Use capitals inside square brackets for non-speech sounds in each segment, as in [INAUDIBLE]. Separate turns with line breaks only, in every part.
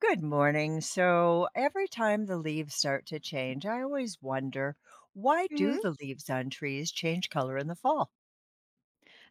Good morning. So every time the leaves start to change, I always wonder why do
hmm
the leaves on trees change color in the fall?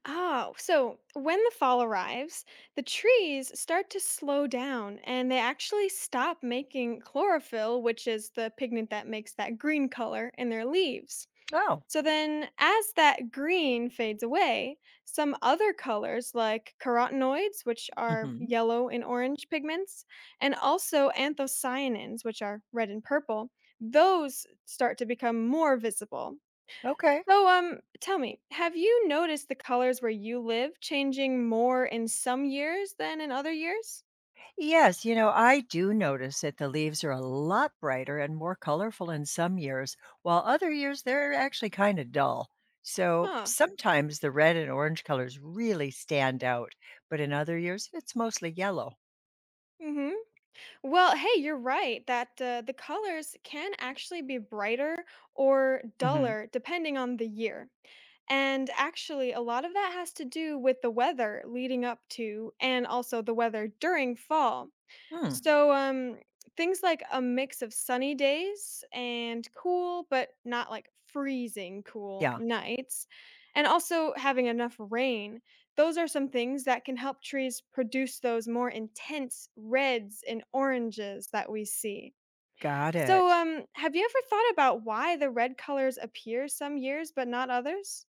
Oh, so when the fall arrives, the trees start to slow down and they actually stop making chlorophyll, which is the pigment that makes that green color in their leaves.
Oh,
So then, as that green fades away, some other colors like carotenoids, which are
hmm.
yellow and orange pigments, and also anthocyanins, which are red and purple, those start to become more visible.
Okay.
So, tell me, have you noticed the colors where you live changing more in some years than in other years?
Yes, I do notice that the leaves are a lot brighter and more colorful in some years, while other years they're actually kind of dull. So
Huh.
sometimes the red and orange colors really stand out, but in other years it's mostly yellow.
Mhm. Well, hey, you're right that the colors can actually be brighter or
Hmm.
duller depending on the year. And actually, a lot of that has to do with the weather leading up to and also the weather during fall.
Hmm.
So, things like a mix of sunny days and cool, but not like freezing cool
Yeah,
nights, and also having enough rain. Those are some things that can help trees produce those more intense reds and oranges that we see.
got
So,
it.
um, have you ever thought about why the red colors appear some years but not others?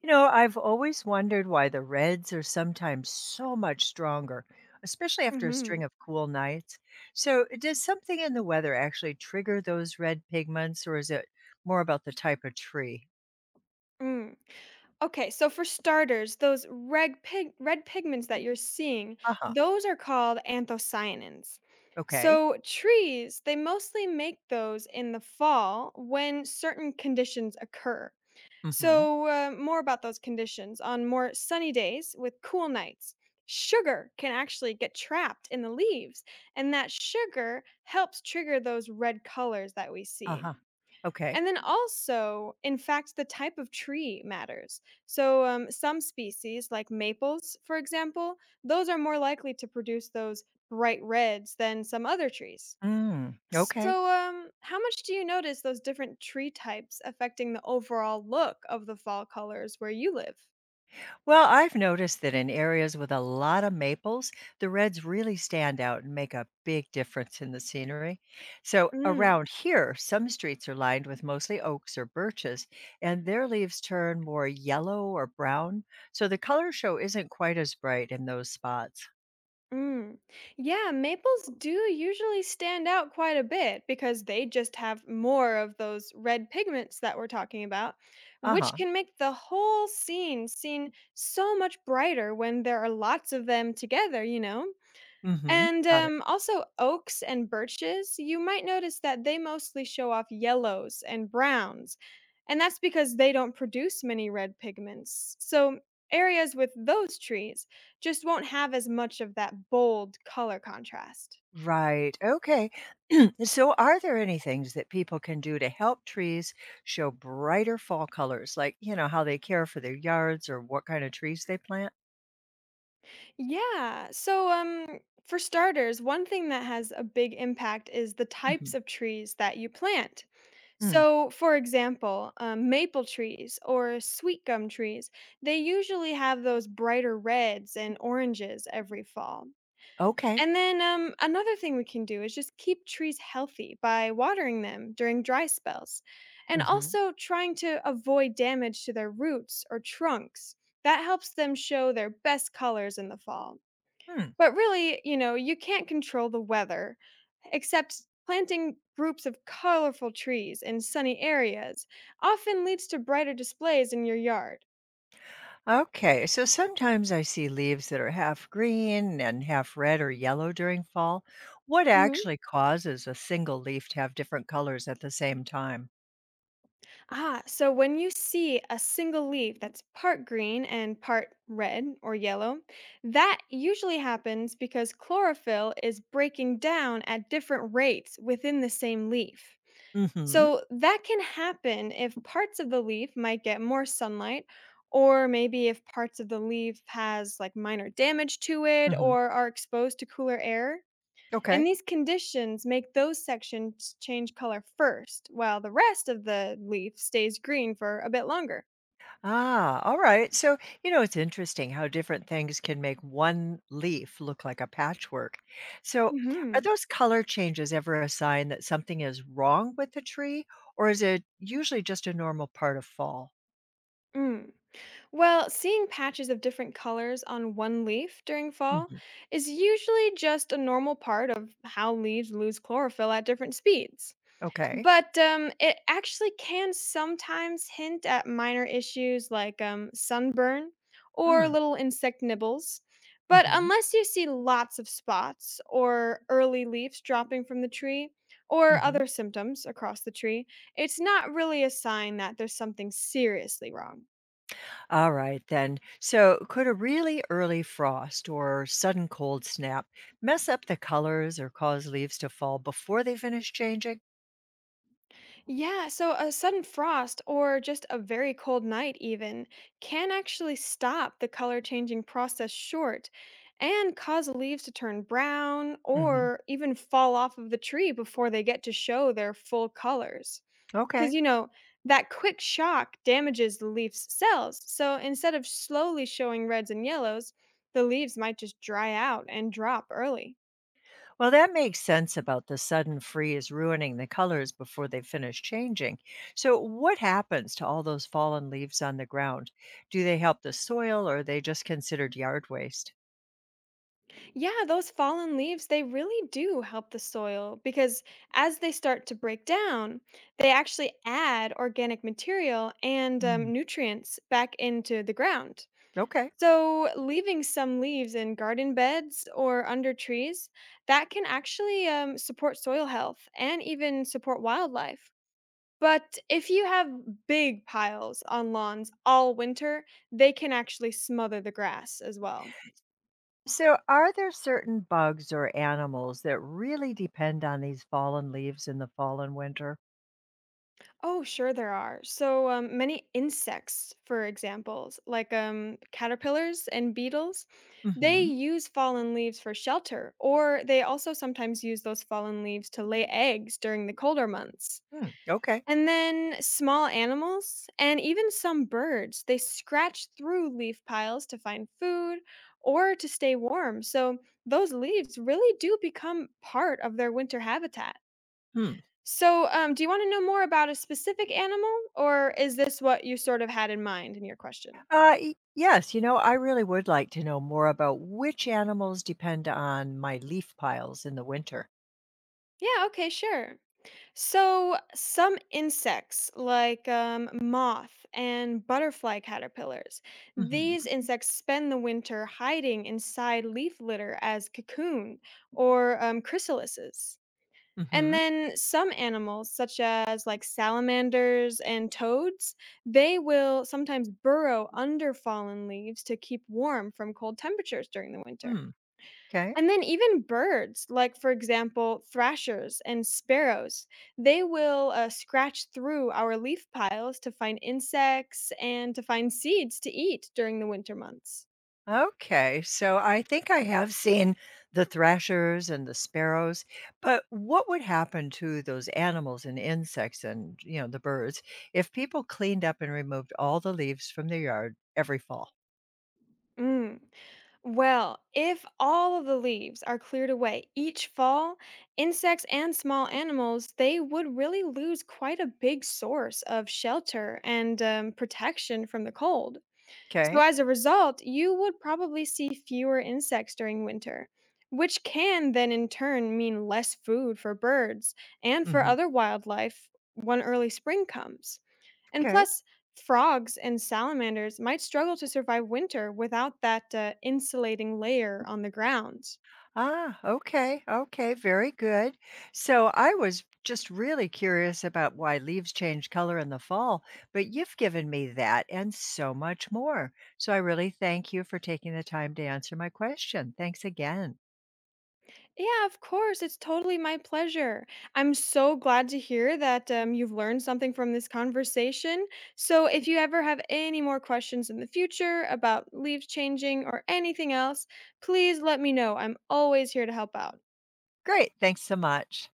I've always wondered why the reds are sometimes so much stronger, especially after a
Mm-hmm.
string of cool nights. So, does something in the weather actually trigger those red pigments, or is it more about the type of tree?
Okay, so for starters, those red pigments that you're seeing,
Uh huh.
those are called anthocyanins.
Okay.
So trees, they mostly make those in the fall when certain conditions occur.
Mm hmm.
So more about those conditions on more sunny days with cool nights. Sugar can actually get trapped in the leaves, and that sugar helps trigger those red colors that we
Uh
see.
huh. Okay.
And then also, in fact, the type of tree matters. So, some species, like maples, for example, those are more likely to produce those bright reds than some other trees.
Mm, okay.
So, how much do you notice those different tree types affecting the overall look of the fall colors where you live?
Well, I've noticed that in areas with a lot of maples, the reds really stand out and make a big difference in the scenery. So,
Mm.
around here, some streets are lined with mostly oaks or birches, and their leaves turn more yellow or brown. So, the color show isn't quite as bright in those spots.
Mm. Yeah, maples do usually stand out quite a bit because they just have more of those red pigments that we're talking about,
Uh
which
huh.
can make the whole scene seem so much brighter when there are lots of them together,
Mm hmm.
And
Got it.
um, also, oaks and birches, you might notice that they mostly show off yellows and browns. And that's because they don't produce many red pigments. So, areas with those trees just won't have as much of that bold color contrast.
Right. Okay. [CLEARS THROAT] So, are there any things that people can do to help trees show brighter fall colors, like, how they care for their yards or what kind of trees they plant?
Yeah. So, for starters, one thing that has a big impact is the types
Mhm.
of trees that you plant.
Mm.
So, for example, maple trees or sweet gum trees, they usually have those brighter reds and oranges every fall.
Okay.
And then another thing we can do is just keep trees healthy by watering them during dry spells and
Hmm.
also trying to avoid damage to their roots or trunks. That helps them show their best colors in the fall.
Hmm.
But really, you know, you can't control the weather, except planting groups of colorful trees in sunny areas often leads to brighter displays in your yard.
Okay. So, sometimes I see leaves that are half green and half red or yellow during fall. What
Mhm.
actually causes a single leaf to have different colors at the same time?
Ah, so when you see a single leaf that's part green and part red or yellow, that usually happens because chlorophyll is breaking down at different rates within the same leaf.
Mhm.
So that can happen if parts of the leaf might get more sunlight, or maybe if parts of the leaf has like minor damage to it
Hmm.
or are exposed to cooler air. And
Okay.
these conditions make those sections change color first, while the rest of the leaf stays green for a bit longer.
Ah, all right. So, it's interesting how different things can make one leaf look like a patchwork. So, are
hmm
those color changes ever a sign that something is wrong with the tree, or is it usually just a normal part of fall?
Mm. Well, seeing patches of different colors on one leaf during fall
Hmm.
is usually just a normal part of how leaves lose chlorophyll at different speeds.
Okay.
But it actually can sometimes hint at minor issues like, sunburn or
Mm.
little insect nibbles. But
Hmm.
unless you see lots of spots or early leaves dropping from the tree or
Hmm.
other symptoms across the tree, it's not really a sign that there's something seriously wrong.
All right, then. So, could a really early frost or sudden cold snap mess up the colors or cause leaves to fall before they finish changing?
Yeah, so a sudden frost or just a very cold night, even, can actually stop the color changing process short and cause leaves to turn brown
Hmm.
or even fall off of the tree before they get to show their full colors.
Okay.
Because, you know, that quick shock damages the leaf's cells. So instead of slowly showing reds and yellows, the leaves might just dry out and drop early.
Well, that makes sense about the sudden freeze ruining the colors before they finish changing. So, what happens to all those fallen leaves on the ground? Do they help the soil or are they just considered yard waste?
Yeah, those fallen leaves, they really do help the soil because as they start to break down, they actually add organic material and
Mm.
um, nutrients back into the ground.
Okay.
So, leaving some leaves in garden beds or under trees, that can actually support soil health and even support wildlife. But if you have big piles on lawns all winter, they can actually smother the grass as well.
So, are there certain bugs or animals that really depend on these fallen leaves in the fall and winter?
Oh, sure there are. So many insects, for examples, like caterpillars and beetles, they
Hmm.
use fallen leaves for shelter, or they also sometimes use those fallen leaves to lay eggs during the colder months.
Hmm. Okay.
And then small animals and even some birds, they scratch through leaf piles to find food or to stay warm. So those leaves really do become part of their winter habitat.
Hmm.
So, do you want to know more about a specific animal, or is this what you sort of had in mind in your question?
Yes, I really would like to know more about which animals depend on my leaf piles in the winter.
Yeah, okay, sure. So, some insects like moth and butterfly caterpillars, these insects spend the winter hiding inside leaf litter as cocoon or chrysalises. And
Mhm.
then some animals, such as like salamanders and toads, they will sometimes burrow under fallen leaves to keep warm from cold temperatures during the winter.
Hmm. 'Kay.
And then even birds, like for example, thrashers and sparrows, they will scratch through our leaf piles to find insects and to find seeds to eat during the winter months.
Okay, okay. So I think I have seen the thrashers and the sparrows, but what would happen to those animals and insects and, the birds if people cleaned up and removed all the leaves from their yard every fall?
Mm. Well, if all of the leaves are cleared away each fall, insects and small animals, they would really lose quite a big source of shelter and protection from the cold. So,
Okay.
as a result, you would probably see fewer insects during winter, which can then in turn mean less food for birds and for
Mhm.
other wildlife when early spring comes. And
Okay.
plus, frogs and salamanders might struggle to survive winter without that insulating layer on the ground.
Ah, okay, okay, very good. So I was just really curious about why leaves change color in the fall, but you've given me that and so much more. So I really thank you for taking the time to answer my question. Thanks again.
Yeah, of course. It's totally my pleasure. I'm so glad to hear that you've learned something from this conversation. So, if you ever have any more questions in the future about leaves changing or anything else, please let me know. I'm always here to help out.
Great. Thanks so much.